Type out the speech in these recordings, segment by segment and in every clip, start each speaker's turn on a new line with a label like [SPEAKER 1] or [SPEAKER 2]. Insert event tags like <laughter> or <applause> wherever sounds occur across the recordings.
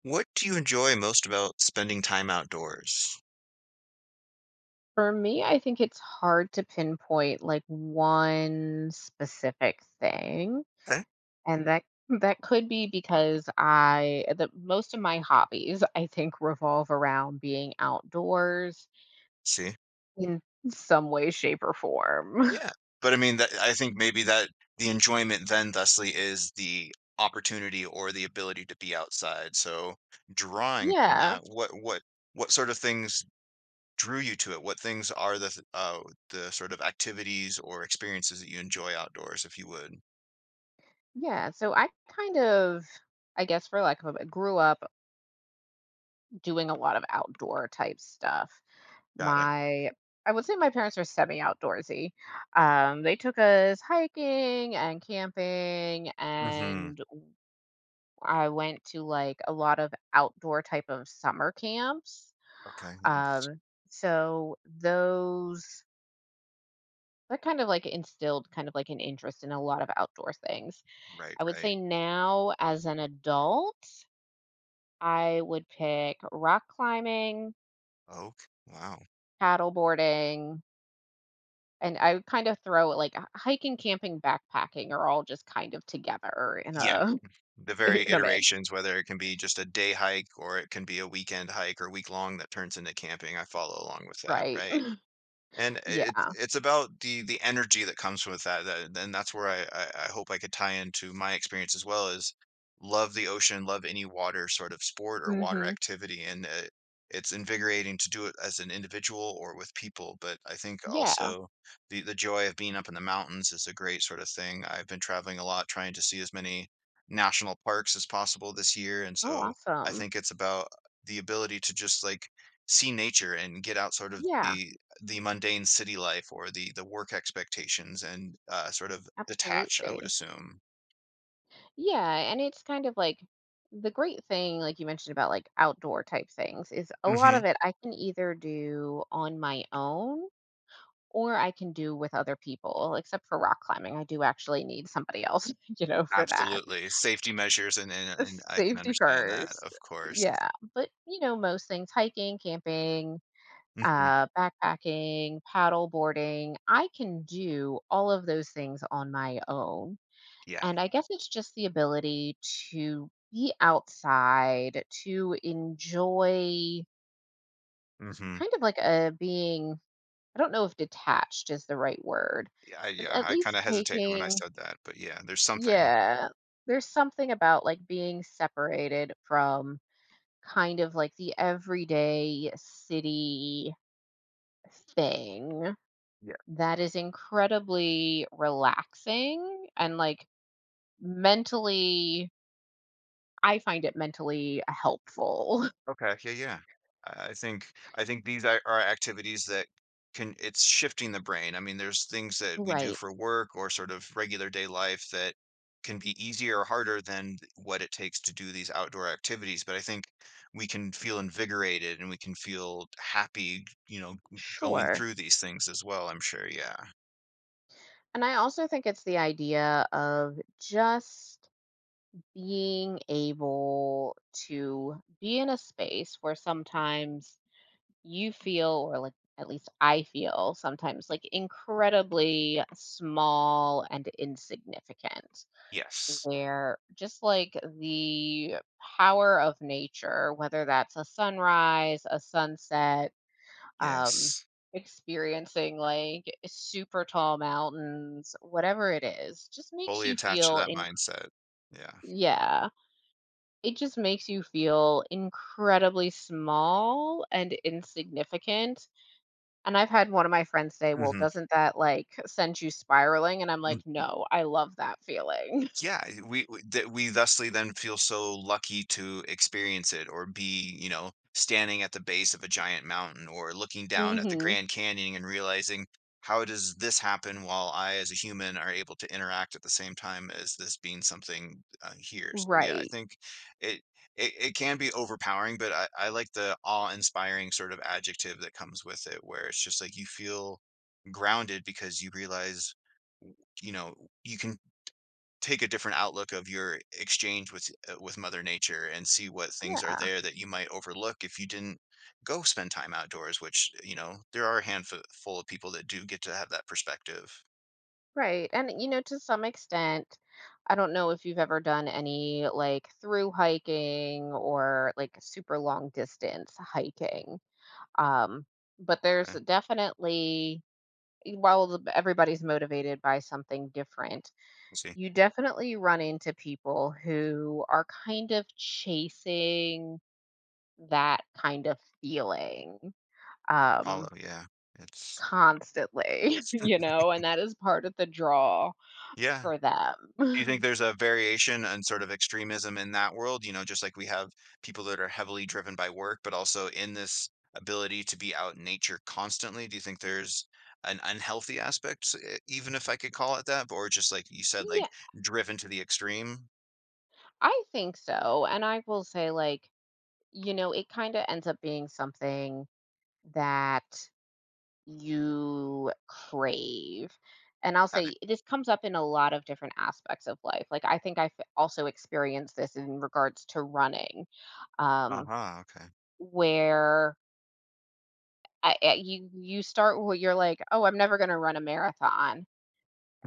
[SPEAKER 1] What do you enjoy most about spending time outdoors?
[SPEAKER 2] For me, I think it's hard to pinpoint like one specific thing,
[SPEAKER 1] Okay,
[SPEAKER 2] and that could be because I the most of my hobbies I think revolve around being outdoors
[SPEAKER 1] see.
[SPEAKER 2] in some way, shape, or form. <laughs>
[SPEAKER 1] Yeah. But I mean, that I think maybe that the enjoyment then thusly is the opportunity or the ability to be outside. So drawing from
[SPEAKER 2] Yeah.
[SPEAKER 1] that, what sort of things drew you to it? What things are the sort of activities or experiences that you enjoy outdoors, if you would?
[SPEAKER 2] Yeah. So I kind of, I guess for lack of a grew up doing a lot of outdoor type stuff.
[SPEAKER 1] Got it.
[SPEAKER 2] My I would say my parents are semi-outdoorsy. They took us hiking and camping,
[SPEAKER 1] Mm-hmm.
[SPEAKER 2] and I went to like a lot of outdoor type of summer camps.
[SPEAKER 1] Okay, yes.
[SPEAKER 2] Um, so those That kind of like instilled kind of like an interest in a lot of outdoor things.
[SPEAKER 1] Right,
[SPEAKER 2] I would
[SPEAKER 1] right.
[SPEAKER 2] say now as an adult, I would pick rock climbing,
[SPEAKER 1] Okay. Wow.
[SPEAKER 2] paddle boarding, and I would kind of throw like hiking, camping, backpacking are all just kind of together in
[SPEAKER 1] Yeah,
[SPEAKER 2] a
[SPEAKER 1] the
[SPEAKER 2] <laughs>
[SPEAKER 1] very
[SPEAKER 2] in a mix,
[SPEAKER 1] iterations, whether it can be just a day hike or it can be a weekend hike or week long that turns into camping. I follow along with that,
[SPEAKER 2] right?
[SPEAKER 1] right?
[SPEAKER 2] <laughs>
[SPEAKER 1] And it's
[SPEAKER 2] Yeah.
[SPEAKER 1] it's about the energy that comes with that, and that's where I hope I could tie into my experience as well is love the ocean, love any water sort of sport or water
[SPEAKER 2] hmm
[SPEAKER 1] activity, and, it's invigorating to do it as an individual or with people, but I think
[SPEAKER 2] Yeah.
[SPEAKER 1] also the joy of being up in the mountains is a great sort of thing. I've been traveling a lot trying to see as many national parks as possible this year, and
[SPEAKER 2] Oh,
[SPEAKER 1] so I
[SPEAKER 2] awesome.
[SPEAKER 1] think it's about the ability to just, like, see nature and get out sort of
[SPEAKER 2] Yeah,
[SPEAKER 1] the mundane city life or the work expectations and sort of detach, I would
[SPEAKER 2] absolutely.
[SPEAKER 1] assume.
[SPEAKER 2] Yeah, and it's kind of like the great thing, like you mentioned about like outdoor type things, is a lot
[SPEAKER 1] Hmm
[SPEAKER 2] of it I can either do on my own or I can do with other people, except for rock climbing. I do actually need somebody else, <laughs> you know, for that.
[SPEAKER 1] Absolutely. Safety measures and, and I can
[SPEAKER 2] Safety
[SPEAKER 1] understand that,
[SPEAKER 2] first.
[SPEAKER 1] of course.
[SPEAKER 2] Yeah, but, you know, most things, hiking, camping,
[SPEAKER 1] Hmm
[SPEAKER 2] backpacking, paddle boarding, I can do all of those things on my own,
[SPEAKER 1] Yeah.
[SPEAKER 2] and I guess it's just the ability to be outside, to enjoy
[SPEAKER 1] hmm
[SPEAKER 2] kind of like a being I don't know if detached is the right word,
[SPEAKER 1] Yeah,
[SPEAKER 2] but
[SPEAKER 1] yeah,
[SPEAKER 2] at
[SPEAKER 1] I kind
[SPEAKER 2] least
[SPEAKER 1] of hesitated when I
[SPEAKER 2] taking
[SPEAKER 1] said that, but yeah, there's something.
[SPEAKER 2] Yeah. There's something about, like, being separated from kind of like the everyday city thing that is incredibly relaxing and like mentally I find it mentally helpful. <laughs>
[SPEAKER 1] Okay. Yeah, yeah. I think these are activities that can it's shifting the brain. I mean, there's things that we do
[SPEAKER 2] Right.
[SPEAKER 1] for work or sort of regular day life that can be easier or harder than what it takes to do these outdoor activities, but I think we can feel invigorated and we can feel happy, you know, going
[SPEAKER 2] Sure.
[SPEAKER 1] through these things as well, I'm sure. Yeah.
[SPEAKER 2] And I also think it's the idea of just being able to be in a space where sometimes you feel or like at least I feel sometimes like incredibly small and insignificant
[SPEAKER 1] Yes.
[SPEAKER 2] where just like the power of nature, whether that's a sunrise, a sunset, um
[SPEAKER 1] Yes.
[SPEAKER 2] experiencing like super tall mountains, whatever it is, just makes
[SPEAKER 1] Fully
[SPEAKER 2] you
[SPEAKER 1] attached to
[SPEAKER 2] feel
[SPEAKER 1] that
[SPEAKER 2] in
[SPEAKER 1] mindset. Yeah.
[SPEAKER 2] yeah, it just makes you feel incredibly small and insignificant. And I've had one of my friends say, "Well,
[SPEAKER 1] hmm
[SPEAKER 2] doesn't that, like, send you spiraling?" And I'm like, "No, I love that feeling."
[SPEAKER 1] Yeah, we thusly then feel so lucky to experience it or be, you know, standing at the base of a giant mountain or looking
[SPEAKER 2] <laughs>
[SPEAKER 1] down at the
[SPEAKER 2] Mhm.
[SPEAKER 1] Grand Canyon and realizing, "How does this happen while I as a human are able to interact at the same time as this being something, here?" So, yeah, I
[SPEAKER 2] Right.
[SPEAKER 1] think it it can be overpowering, but I like the awe-inspiring sort of adjective that comes with it where it's just like you feel grounded because you realize, you know, you can take a different outlook of your exchange with mother nature and see what things are
[SPEAKER 2] Yeah,
[SPEAKER 1] there that you might overlook if you didn't go spend time outdoors, which you know there are a handful full of people that do get to have that perspective.
[SPEAKER 2] right, and, you know, to some extent, I don't know if you've ever done any, like, through hiking or, like, super long distance hiking, um, but there's
[SPEAKER 1] Okay.
[SPEAKER 2] definitely while the everybody's motivated by something different,
[SPEAKER 1] I see.
[SPEAKER 2] you definitely run into people who are kind of chasing that kind of feeling,
[SPEAKER 1] Follow,
[SPEAKER 2] um,
[SPEAKER 1] yeah, it's
[SPEAKER 2] constantly, <laughs> you
[SPEAKER 1] <clears throat>
[SPEAKER 2] know, and that is part of the draw
[SPEAKER 1] yeah.
[SPEAKER 2] for
[SPEAKER 1] Do you think
[SPEAKER 2] them.
[SPEAKER 1] there's
[SPEAKER 2] <laughs>
[SPEAKER 1] a variation and sort of extremism in that world? You know, just like we have people that are heavily driven by work, but also in this ability to be out in nature constantly. Do you think there's an unhealthy aspect, even if I could call it that, or just like you said, like
[SPEAKER 2] Yeah,
[SPEAKER 1] driven to the extreme?
[SPEAKER 2] I think so, and I will say, like, you know, it kinda ends up being something that you crave, and I'll
[SPEAKER 1] Got it.
[SPEAKER 2] say this comes up in a lot of different aspects of life, like, I think I've also experienced this in regards to running,
[SPEAKER 1] Uh
[SPEAKER 2] um,
[SPEAKER 1] huh. Okay.
[SPEAKER 2] where I you you start where you're like, "Oh, I'm never gonna run a marathon."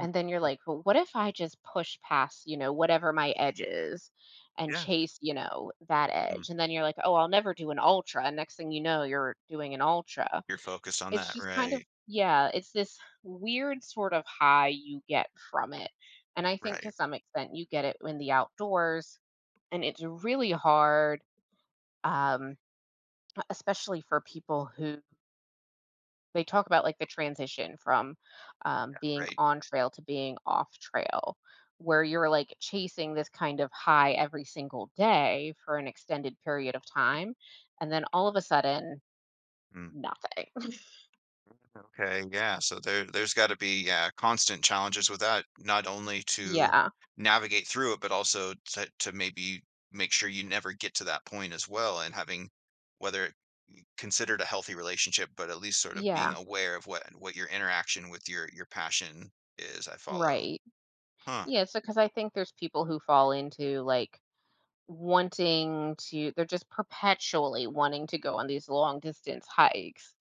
[SPEAKER 1] Mm.
[SPEAKER 2] then you're like, "Well, what if I just push past, you know, whatever my edge is and
[SPEAKER 1] Yeah.
[SPEAKER 2] chase, you know, that
[SPEAKER 1] Mm.
[SPEAKER 2] edge?" And then you're like, "Oh, I'll never do an ultra." And next thing you know, you're doing an ultra.
[SPEAKER 1] You're focused on
[SPEAKER 2] It's
[SPEAKER 1] that.
[SPEAKER 2] just kind of
[SPEAKER 1] Right.
[SPEAKER 2] yeah, it's this weird sort of high you get from it. And I think
[SPEAKER 1] Right.
[SPEAKER 2] to some extent you get it in the outdoors, and it's really hard, um, especially for people who they talk about, like, the transition from, being
[SPEAKER 1] Right.
[SPEAKER 2] on trail to being off trail, where you're, like, chasing this kind of high every single day for an extended period of time, and then all of a sudden,
[SPEAKER 1] Mm.
[SPEAKER 2] nothing. <laughs>
[SPEAKER 1] Okay, yeah. So there's got to be, yeah, constant challenges with that, not only to
[SPEAKER 2] Yeah.
[SPEAKER 1] navigate through it, but also to maybe make sure you never get to that point as well and having whether it considered a healthy relationship, but at least sort of being
[SPEAKER 2] Yeah.
[SPEAKER 1] aware of what your interaction with your passion is. I follow.
[SPEAKER 2] Right.
[SPEAKER 1] Huh.
[SPEAKER 2] Yeah, so because I think there's people who fall into, like, wanting to they're just perpetually wanting to go on these long distance hikes.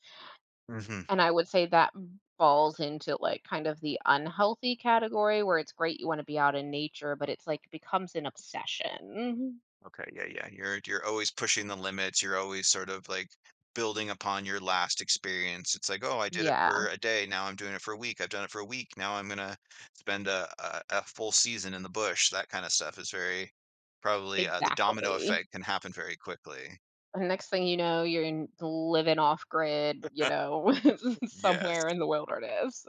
[SPEAKER 1] hmm
[SPEAKER 2] And I would say that falls into, like, kind of the unhealthy category where it's great you wanna be out in nature, but it's, like, it becomes an obsession.
[SPEAKER 1] Okay, yeah, yeah. You're always pushing the limits. You're always sort of like building upon your last experience. It's like, oh, I did it
[SPEAKER 2] Yeah,
[SPEAKER 1] for a day. Now I'm doing it for a week. I've done it for a week. Now I'm gonna spend a full season in the bush. That kind of stuff is very probably the domino
[SPEAKER 2] exactly.
[SPEAKER 1] effect can happen very quickly.
[SPEAKER 2] And next thing you know, you're in living off grid, you
[SPEAKER 1] <laughs>
[SPEAKER 2] know, <laughs>
[SPEAKER 1] Yes.
[SPEAKER 2] somewhere in the wilderness.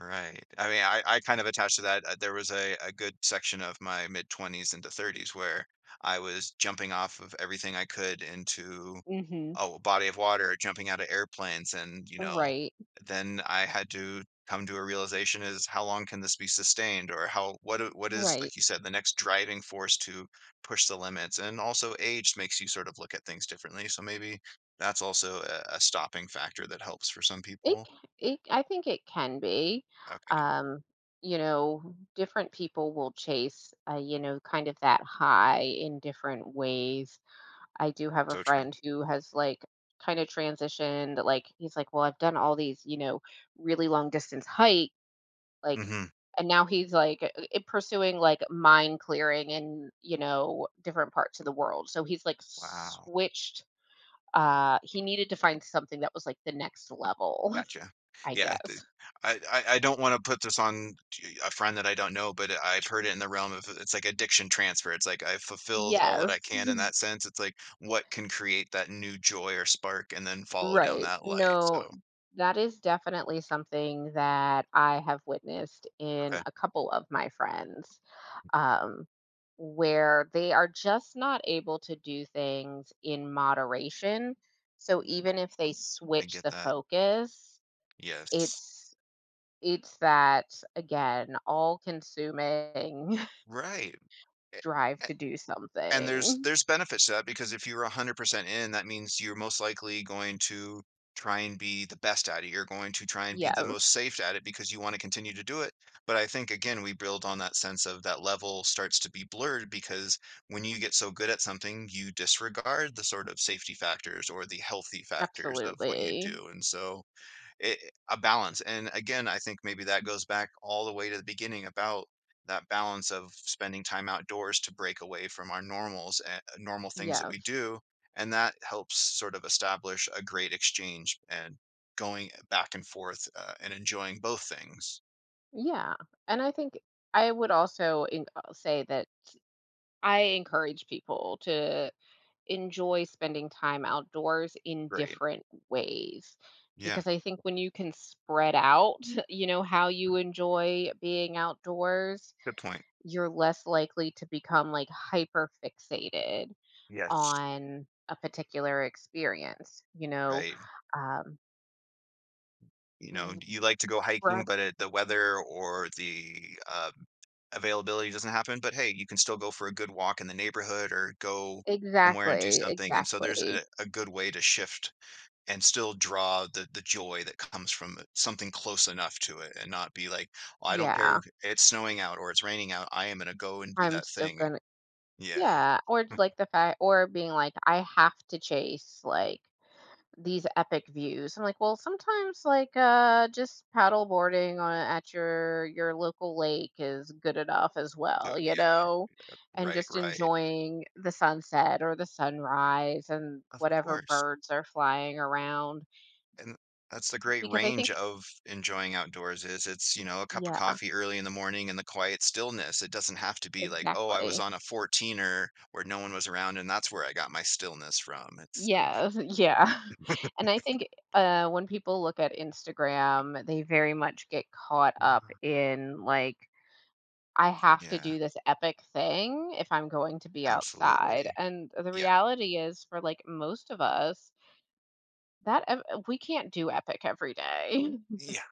[SPEAKER 1] Right. I mean, I kind of attached to that, there was a good section of my mid-20s into 30s where I was jumping off of everything I could into
[SPEAKER 2] Mhm.
[SPEAKER 1] oh, a body of water, jumping out of airplanes, and, you know,
[SPEAKER 2] Right,
[SPEAKER 1] then I had to come to a realization is how long can this be sustained or how what is,
[SPEAKER 2] right.
[SPEAKER 1] like you said, the next driving force to push the limits? And also age makes you sort of look at things differently. So maybe that's also a stopping factor that helps for some
[SPEAKER 2] It
[SPEAKER 1] people.
[SPEAKER 2] c it I think it can be.
[SPEAKER 1] Okay.
[SPEAKER 2] Um, you know, different people will chase, you know, kind of that high in different ways. I do have a
[SPEAKER 1] So true.
[SPEAKER 2] friend who has, like, kinda transitioned, like, he's like, "Well, I've done all these, you know, really long distance hike," like,
[SPEAKER 1] Hmm
[SPEAKER 2] and now he's, like, pursuing, like, mine clearing in, you know, different parts of the world, so he's, like,
[SPEAKER 1] Wow,
[SPEAKER 2] switched, he needed to find something that was, like, the next level,
[SPEAKER 1] gotcha.
[SPEAKER 2] <laughs> I
[SPEAKER 1] Yeah, the
[SPEAKER 2] guess.
[SPEAKER 1] I don't wanna put this on t a friend that I don't know, but I've heard it in the realm of it's like addiction transfer, it's like I've fulfilled all that I
[SPEAKER 2] Yes.
[SPEAKER 1] can in that sense, it's like, what can create that new joy or spark and then follow down
[SPEAKER 2] Right.
[SPEAKER 1] that light,
[SPEAKER 2] No,
[SPEAKER 1] so,
[SPEAKER 2] that is definitely something that I have witnessed in
[SPEAKER 1] okay,
[SPEAKER 2] a couple of my friends. um, where they are just not able to do things in moderation. So even if they
[SPEAKER 1] I
[SPEAKER 2] switch
[SPEAKER 1] get
[SPEAKER 2] the
[SPEAKER 1] that.
[SPEAKER 2] focus,
[SPEAKER 1] Yes.
[SPEAKER 2] it's it's that again all consuming
[SPEAKER 1] Right.
[SPEAKER 2] <laughs> drive to do
[SPEAKER 1] And there's
[SPEAKER 2] something.
[SPEAKER 1] there's benefits to that because if you're 100% in, that means you're most likely going to try and be the best at it. You're going to try and be the most
[SPEAKER 2] Yes,
[SPEAKER 1] safe at it because you want to continue to do it. But I think again, we build on that sense of that level starts to be blurred because when you get so good at something, you disregard the sort of safety factors or the healthy factors of what you
[SPEAKER 2] absolutely.
[SPEAKER 1] do. And so it a balance, and again, I think maybe that goes back all the way to the beginning about that balance of spending time outdoors to break away from our normals and normal things that we
[SPEAKER 2] Yes.
[SPEAKER 1] do, and that helps sort of establish a great exchange and going back and forth, and enjoying both things.
[SPEAKER 2] Yeah. And I think I would also say that I encourage people to enjoy spending time outdoors in
[SPEAKER 1] Great.
[SPEAKER 2] different ways
[SPEAKER 1] Yeah,
[SPEAKER 2] because I think when you can spread out, <laughs> you know, how you enjoy being outdoors,
[SPEAKER 1] good point.
[SPEAKER 2] you're less likely to become like hyper fixated
[SPEAKER 1] Yes,
[SPEAKER 2] on a particular experience, you know.
[SPEAKER 1] right.
[SPEAKER 2] Um,
[SPEAKER 1] You know,
[SPEAKER 2] v-
[SPEAKER 1] you like to go
[SPEAKER 2] for
[SPEAKER 1] hiking,
[SPEAKER 2] us-
[SPEAKER 1] but it the weather or the, availability doesn't happen, but hey, you can still go for a good walk in the neighborhood or go somewhere and do
[SPEAKER 2] exactly,
[SPEAKER 1] something. And so there's
[SPEAKER 2] exactly.
[SPEAKER 1] a good way to shift and still draw the joy that comes from something close enough to it and not be like, "Oh, I don't care
[SPEAKER 2] Yeah,
[SPEAKER 1] it's snowing out or it's raining out. I am gonna go and do
[SPEAKER 2] I'm
[SPEAKER 1] that
[SPEAKER 2] still
[SPEAKER 1] thing."
[SPEAKER 2] gonna,
[SPEAKER 1] Yeah.
[SPEAKER 2] yeah, or like the fact, or being like, I have to chase like these epic views. I'm like, well, sometimes like just paddle boarding on at your local lake is good enough as
[SPEAKER 1] So
[SPEAKER 2] well, you
[SPEAKER 1] yeah,
[SPEAKER 2] know, and
[SPEAKER 1] right,
[SPEAKER 2] just
[SPEAKER 1] right.
[SPEAKER 2] enjoying the sunset or the sunrise and
[SPEAKER 1] Of
[SPEAKER 2] whatever
[SPEAKER 1] course.
[SPEAKER 2] birds are flying around
[SPEAKER 1] And that's the great
[SPEAKER 2] because I
[SPEAKER 1] range
[SPEAKER 2] think
[SPEAKER 1] of enjoying outdoors is it's, you know, a cup of
[SPEAKER 2] yeah,
[SPEAKER 1] coffee early in the morning and the quiet stillness. It doesn't have to be like, "Oh, I was
[SPEAKER 2] exactly.
[SPEAKER 1] on a fourteener where no one was around, and that's where I got my stillness from." It's like
[SPEAKER 2] Yes, <laughs> yeah.
[SPEAKER 1] Mm.
[SPEAKER 2] And I think when people look at Instagram, they very much get caught up
[SPEAKER 1] <laughs>
[SPEAKER 2] in like I have to
[SPEAKER 1] Yeah,
[SPEAKER 2] do this epic thing if I'm going to be
[SPEAKER 1] absolutely.
[SPEAKER 2] outside. And the
[SPEAKER 1] Yeah,
[SPEAKER 2] reality is, for like most of us, we can't do epic every day.
[SPEAKER 1] yeah.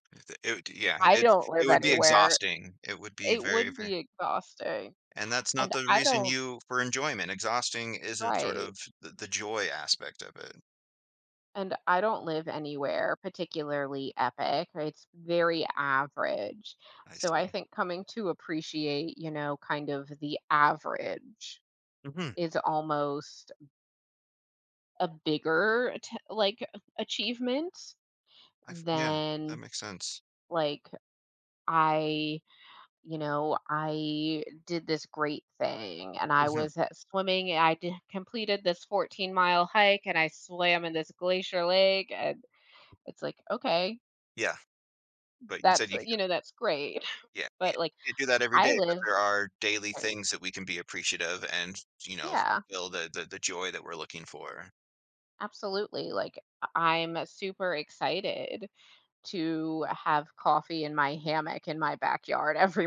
[SPEAKER 1] It yeah,
[SPEAKER 2] <laughs> I don't
[SPEAKER 1] it
[SPEAKER 2] live
[SPEAKER 1] would be
[SPEAKER 2] anywhere.
[SPEAKER 1] exhausting. It would be
[SPEAKER 2] It
[SPEAKER 1] very,
[SPEAKER 2] would
[SPEAKER 1] very
[SPEAKER 2] be exhausting.
[SPEAKER 1] and that's not
[SPEAKER 2] And
[SPEAKER 1] the
[SPEAKER 2] I
[SPEAKER 1] reason
[SPEAKER 2] don't,
[SPEAKER 1] you for enjoyment. Exhausting isn't sort
[SPEAKER 2] right.
[SPEAKER 1] of the joy aspect of it.
[SPEAKER 2] And I don't live anywhere particularly epic. It's very average.
[SPEAKER 1] I
[SPEAKER 2] So I
[SPEAKER 1] see.
[SPEAKER 2] think coming to appreciate, you know, kind of the average
[SPEAKER 1] Mhm.
[SPEAKER 2] is almost a bigger like achievement
[SPEAKER 1] I f yeah, that
[SPEAKER 2] than
[SPEAKER 1] makes sense.
[SPEAKER 2] like I, you know, I did this great thing and I
[SPEAKER 1] Mhm.
[SPEAKER 2] was at swimming and completed this 14-mile hike and I swam in this glacier lake, and it's like okay,
[SPEAKER 1] Yeah, but you said
[SPEAKER 2] that's
[SPEAKER 1] you c
[SPEAKER 2] you know that's great,
[SPEAKER 1] yeah,
[SPEAKER 2] <laughs>
[SPEAKER 1] you
[SPEAKER 2] but like
[SPEAKER 1] can't do that every
[SPEAKER 2] I
[SPEAKER 1] day, but
[SPEAKER 2] live
[SPEAKER 1] there are daily
[SPEAKER 2] right.
[SPEAKER 1] things that we can be appreciative and, you know,
[SPEAKER 2] Yeah,
[SPEAKER 1] fulfill the joy that we're looking for.
[SPEAKER 2] absolutely. Like I'm super excited to have coffee in my hammock in my backyard every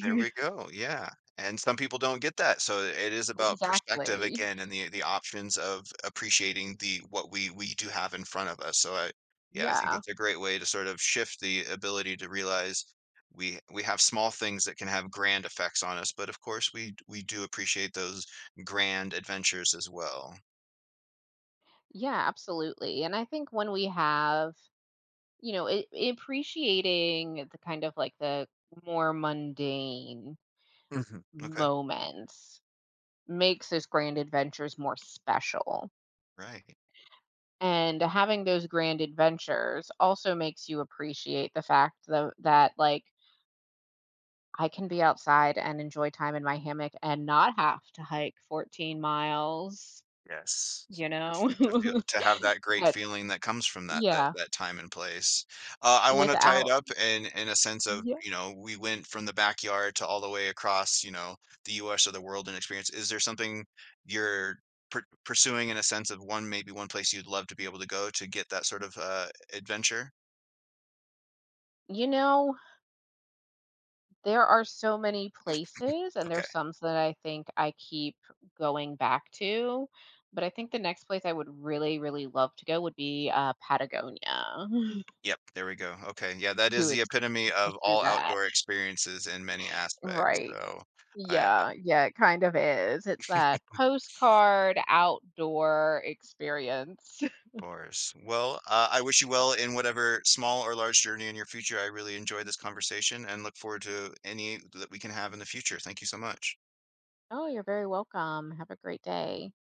[SPEAKER 1] There we
[SPEAKER 2] <laughs>
[SPEAKER 1] go, yeah, and some people don't get that, so it is about perspective
[SPEAKER 2] Exactly.
[SPEAKER 1] again and the options of appreciating the what we do have in front of us, so I yeah, I think
[SPEAKER 2] Yeah.
[SPEAKER 1] that's a great way to sort of shift the ability to realize we have small things that can have grand effects on us, but of course we do appreciate those grand adventures as well.
[SPEAKER 2] Yeah, absolutely. And I think when we have, you know, it, appreciating the kind of like the more mundane
[SPEAKER 1] Mhm. Okay.
[SPEAKER 2] moments makes those grand adventures more special.
[SPEAKER 1] Right.
[SPEAKER 2] And having those grand adventures also makes you appreciate the fact that, like I can be outside and enjoy time in my hammock and not have to hike 14 miles,
[SPEAKER 1] Yes.
[SPEAKER 2] you
[SPEAKER 1] To
[SPEAKER 2] know?
[SPEAKER 1] f- to feel
[SPEAKER 2] <laughs>
[SPEAKER 1] to have that great
[SPEAKER 2] but
[SPEAKER 1] feeling that comes from that that
[SPEAKER 2] yeah.
[SPEAKER 1] that time and place. I want to tie it
[SPEAKER 2] Without
[SPEAKER 1] up in a sense of
[SPEAKER 2] yeah.
[SPEAKER 1] you know we went from the backyard to all the way across you know the U.S. or the world and experience. Is there something you're pursuing in a sense of one maybe one place you'd love to be able to go to get that sort of adventure?
[SPEAKER 2] You know, there are so many places, and
[SPEAKER 1] Okay.
[SPEAKER 2] there's some that I think I keep going back to, but I think the next place I would really, really love to go would be, Patagonia <laughs>
[SPEAKER 1] Yep. There we go. Okay. Yeah, that is
[SPEAKER 2] to
[SPEAKER 1] the
[SPEAKER 2] ex
[SPEAKER 1] epitome of
[SPEAKER 2] pursue
[SPEAKER 1] all
[SPEAKER 2] that.
[SPEAKER 1] outdoor experiences in many aspects.
[SPEAKER 2] Right.
[SPEAKER 1] So. I,
[SPEAKER 2] Yeah, yeah, it kind of is. It's that postcard outdoor experience. <laughs>
[SPEAKER 1] course. Well, I wish you well in whatever small or large journey in your future. I really enjoyed this conversation and look forward to any that we can have in the future. Thank you so much.
[SPEAKER 2] Oh, you're very welcome. Have a great day.